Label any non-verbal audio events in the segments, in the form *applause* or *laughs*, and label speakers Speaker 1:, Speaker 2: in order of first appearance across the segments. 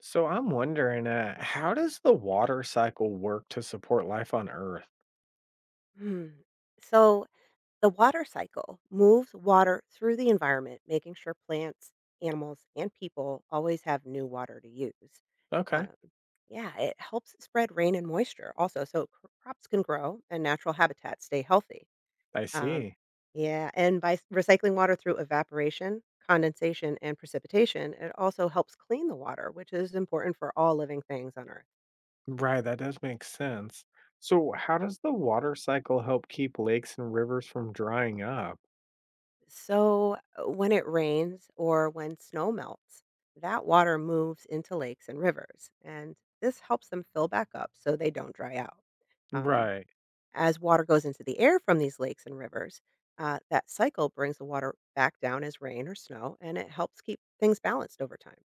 Speaker 1: So I'm wondering, how does the water cycle work to support life on Earth?
Speaker 2: Mm. So the water cycle moves water through the environment, making sure plants, animals, and people always have new water to use.
Speaker 1: Okay,
Speaker 2: Um, yeah, it helps spread rain and moisture also, so crops can grow and natural habitats stay healthy.
Speaker 1: I
Speaker 2: Um,
Speaker 1: see.
Speaker 2: yeah, and by recycling water through evaporation, condensation, and precipitation, it also helps clean the water, which is important for all living things on Earth.
Speaker 1: Right, that does make sense. So how does the water cycle help keep lakes and rivers from drying up?
Speaker 2: So, when it rains or when snow melts, that water moves into lakes and rivers, and this helps them fill back up so they don't dry out. Um,
Speaker 1: Right.
Speaker 2: as water goes into the air from these lakes and rivers, that cycle brings the water back down as rain or snow, and it helps keep things balanced over time.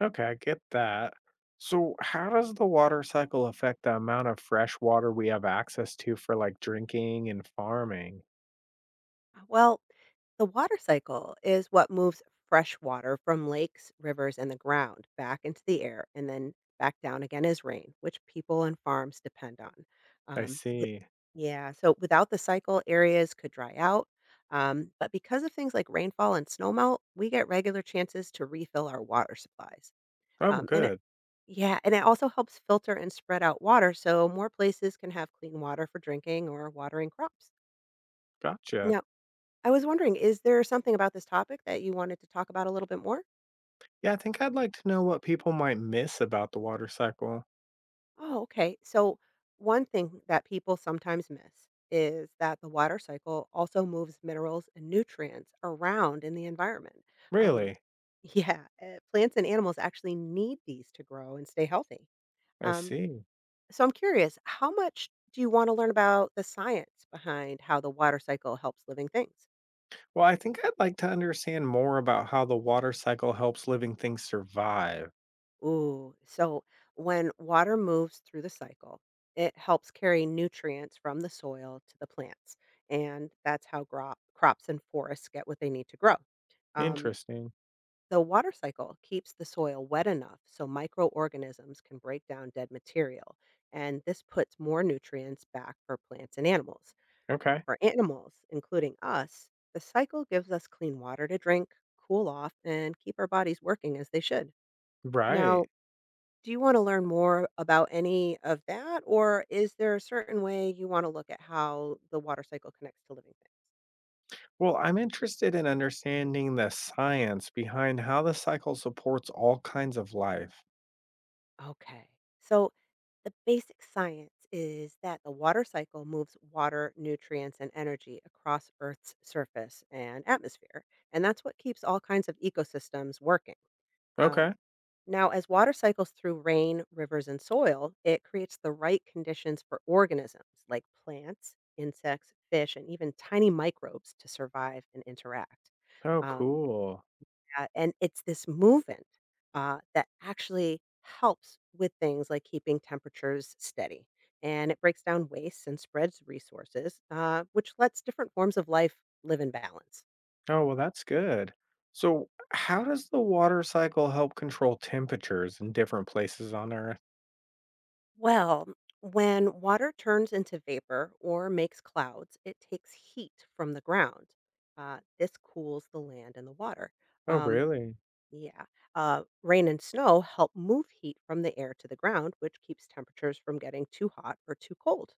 Speaker 1: Okay, I get that. So how does the water cycle affect the amount of fresh water we have access to for like drinking and farming?
Speaker 2: Well, the water cycle is what moves fresh water from lakes, rivers, and the ground back into the air and then back down again as rain, which people and farms depend on.
Speaker 1: I
Speaker 2: Um, wi-
Speaker 1: see.
Speaker 2: yeah, so without the cycle, areas could dry out. But because of things like rainfall and snowmelt, we get regular chances to refill our water supplies.
Speaker 1: Oh,
Speaker 2: Um, and it,
Speaker 1: good.
Speaker 2: yeah, and it also helps filter and spread out water so more places can have clean water for drinking or watering crops.
Speaker 1: Gotcha.
Speaker 2: Now, I was wondering, is there something about this topic that you wanted to talk about a little bit more?
Speaker 1: Yeah, I think I'd like to know what people might miss about the water cycle.
Speaker 2: Oh, okay. So, one thing that people sometimes miss is that the water cycle also moves minerals and nutrients around in the environment. Um,
Speaker 1: Really?
Speaker 2: *laughs* yeah, plants and animals actually need these to grow and stay healthy.
Speaker 1: I
Speaker 2: Um,
Speaker 1: see.
Speaker 2: so, I'm curious, how much do you want to learn about the science behind how the water cycle helps living things?
Speaker 1: Well, I think I'd like to understand more about how the water cycle helps living things survive.
Speaker 2: Ooh, so when water moves through the cycle, it helps carry nutrients from the soil to the plants. And that's how crops and forests get what they need to grow. Um,
Speaker 1: Interesting.
Speaker 2: the water cycle keeps the soil wet enough so microorganisms can break down dead material. And this puts more nutrients back for plants and animals.
Speaker 1: Okay.
Speaker 2: For animals, including us, the cycle gives us clean water to drink, cool off, and keep our bodies working as they should. Now,
Speaker 1: Right.
Speaker 2: do you wanna learn more about any of that, or is there a certain way you wanna look at how the water cycle connects to living things?
Speaker 1: Well, I'm interested in understanding the science behind how the cycle supports all kinds of life.
Speaker 2: Okay. So, the basic science is that the water cycle moves water, nutrients, and energy across Earth's surface and atmosphere, and that's what keeps all kinds of ecosystems working.
Speaker 1: Okay.
Speaker 2: Um, Now, as water cycles through rain, rivers, and soil, it creates the right conditions for organisms like plants, insects, fish, and even tiny microbes to survive and interact.
Speaker 1: Oh,
Speaker 2: Um,
Speaker 1: cool.
Speaker 2: and it's this movement that actually helps with things like keeping temperatures steady. And it breaks down waste and spreads resources, which lets different forms of life live in balance.
Speaker 1: Oh, well, that's good. So, how does the water cycle help control temperatures in different places on Earth?
Speaker 2: Well, when water turns into vapor or makes clouds, it takes heat from the ground. This cools the land and the water.
Speaker 1: Oh,
Speaker 2: Um,
Speaker 1: really?
Speaker 2: yeah. Rain and snow help move heat from the air to the ground, which keeps temperatures from getting too hot or too cold.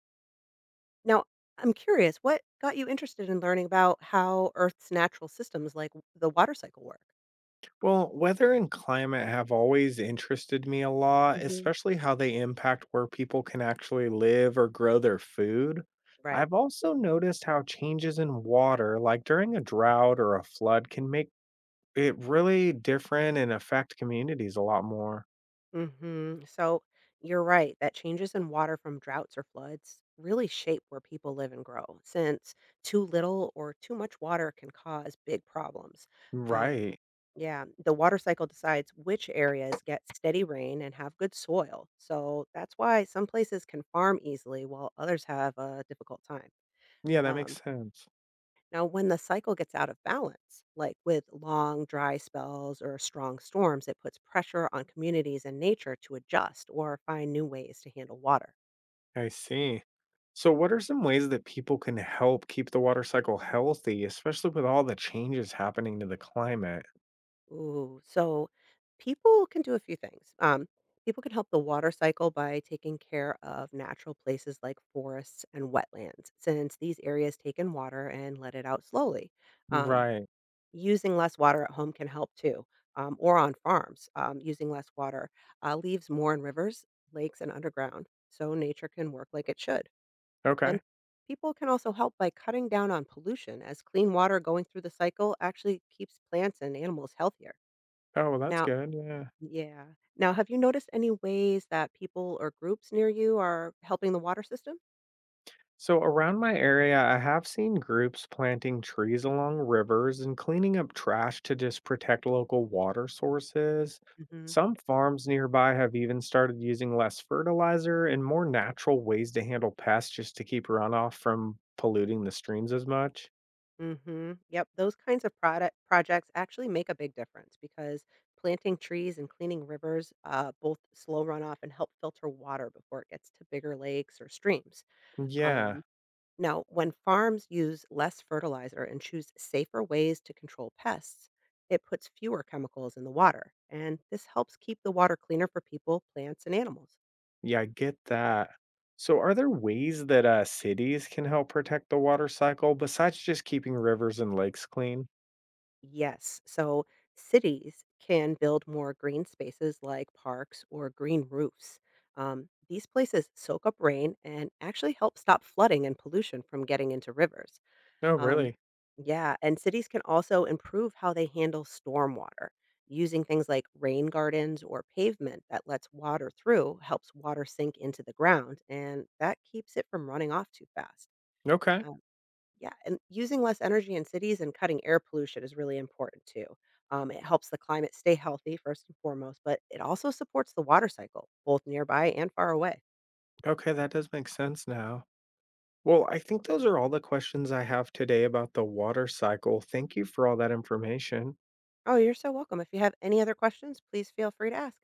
Speaker 2: Now, I'm curious, what got you interested in learning about how Earth's natural systems like the water cycle work?
Speaker 1: Well, weather and climate have always interested me a lot,
Speaker 2: Hmm.
Speaker 1: especially how they impact where people can actually live or grow their food.
Speaker 2: Right.
Speaker 1: I've also noticed how changes in water, like during a drought or a flood, can make it really different and affect communities a lot more.
Speaker 2: Mhm. So you're right that changes in water from droughts or floods really shape where people live and grow, since too little or too much water can cause big problems. Um,
Speaker 1: Right.
Speaker 2: yeah, the water cycle decides which areas get steady rain and have good soil. So that's why some places can farm easily while others have a difficult time.
Speaker 1: Yeah, that makes
Speaker 2: Um,
Speaker 1: sense.
Speaker 2: now, when the cycle gets out of balance, like with long dry spells or strong storms, it puts pressure on communities and nature to adjust or find new ways to handle water.
Speaker 1: I see. So, what are some ways that people can help keep the water cycle healthy, especially with all the changes happening to the climate?
Speaker 2: Ooh, so people can do a few things. People can help the water cycle by taking care of natural places like forests and wetlands, since these areas take in water and let it out slowly. Um,
Speaker 1: Right.
Speaker 2: Using less water at home can help too, or on farms, using less water leaves more in rivers, lakes, and underground, so nature can work like it should. And
Speaker 1: Okay.
Speaker 2: people can also help by cutting down on pollution, as clean water going through the cycle actually keeps plants and animals healthier.
Speaker 1: Oh, well, that's
Speaker 2: Now,
Speaker 1: good, yeah.
Speaker 2: yeah. Now, have you noticed any ways that people or groups near you are helping the water system?
Speaker 1: So around my area, I have seen groups planting trees along rivers and cleaning up trash to just protect local water sources. Some farms nearby have even started using less fertilizer and more natural ways to handle pests just to keep runoff from polluting the streams as much.
Speaker 2: Mhm. Yep, those kinds of product projects actually make a big difference because planting trees and cleaning rivers both slow runoff and help filter water before it gets to bigger lakes or streams.
Speaker 1: Yeah,
Speaker 2: Um, now, when farms use less fertilizer and choose safer ways to control pests, it puts fewer chemicals in the water, and this helps keep the water cleaner for people, plants, and animals.
Speaker 1: yeah, I get that. So, are there ways that cities can help protect the water cycle besides just keeping rivers and lakes clean?
Speaker 2: Yes. So cities can build more green spaces like parks or green roofs. These places soak up rain and actually help stop flooding and pollution from getting into rivers.
Speaker 1: Oh,
Speaker 2: Um,
Speaker 1: really?
Speaker 2: yeah, and cities can also improve how they handle stormwater. Using things like rain gardens or pavement that lets water through helps water sink into the ground, and that keeps it from running off too fast.
Speaker 1: Okay.
Speaker 2: Yeah, and using less energy in cities and cutting air pollution is really important too. It helps the climate stay healthy first and foremost, but it also supports the water cycle, both nearby and far away.
Speaker 1: Okay, that does make sense now. Well, I think those are all the questions I have today about the water cycle. Thank you for all that information.
Speaker 2: Oh, you're so welcome. If you have any other questions, please feel free to ask.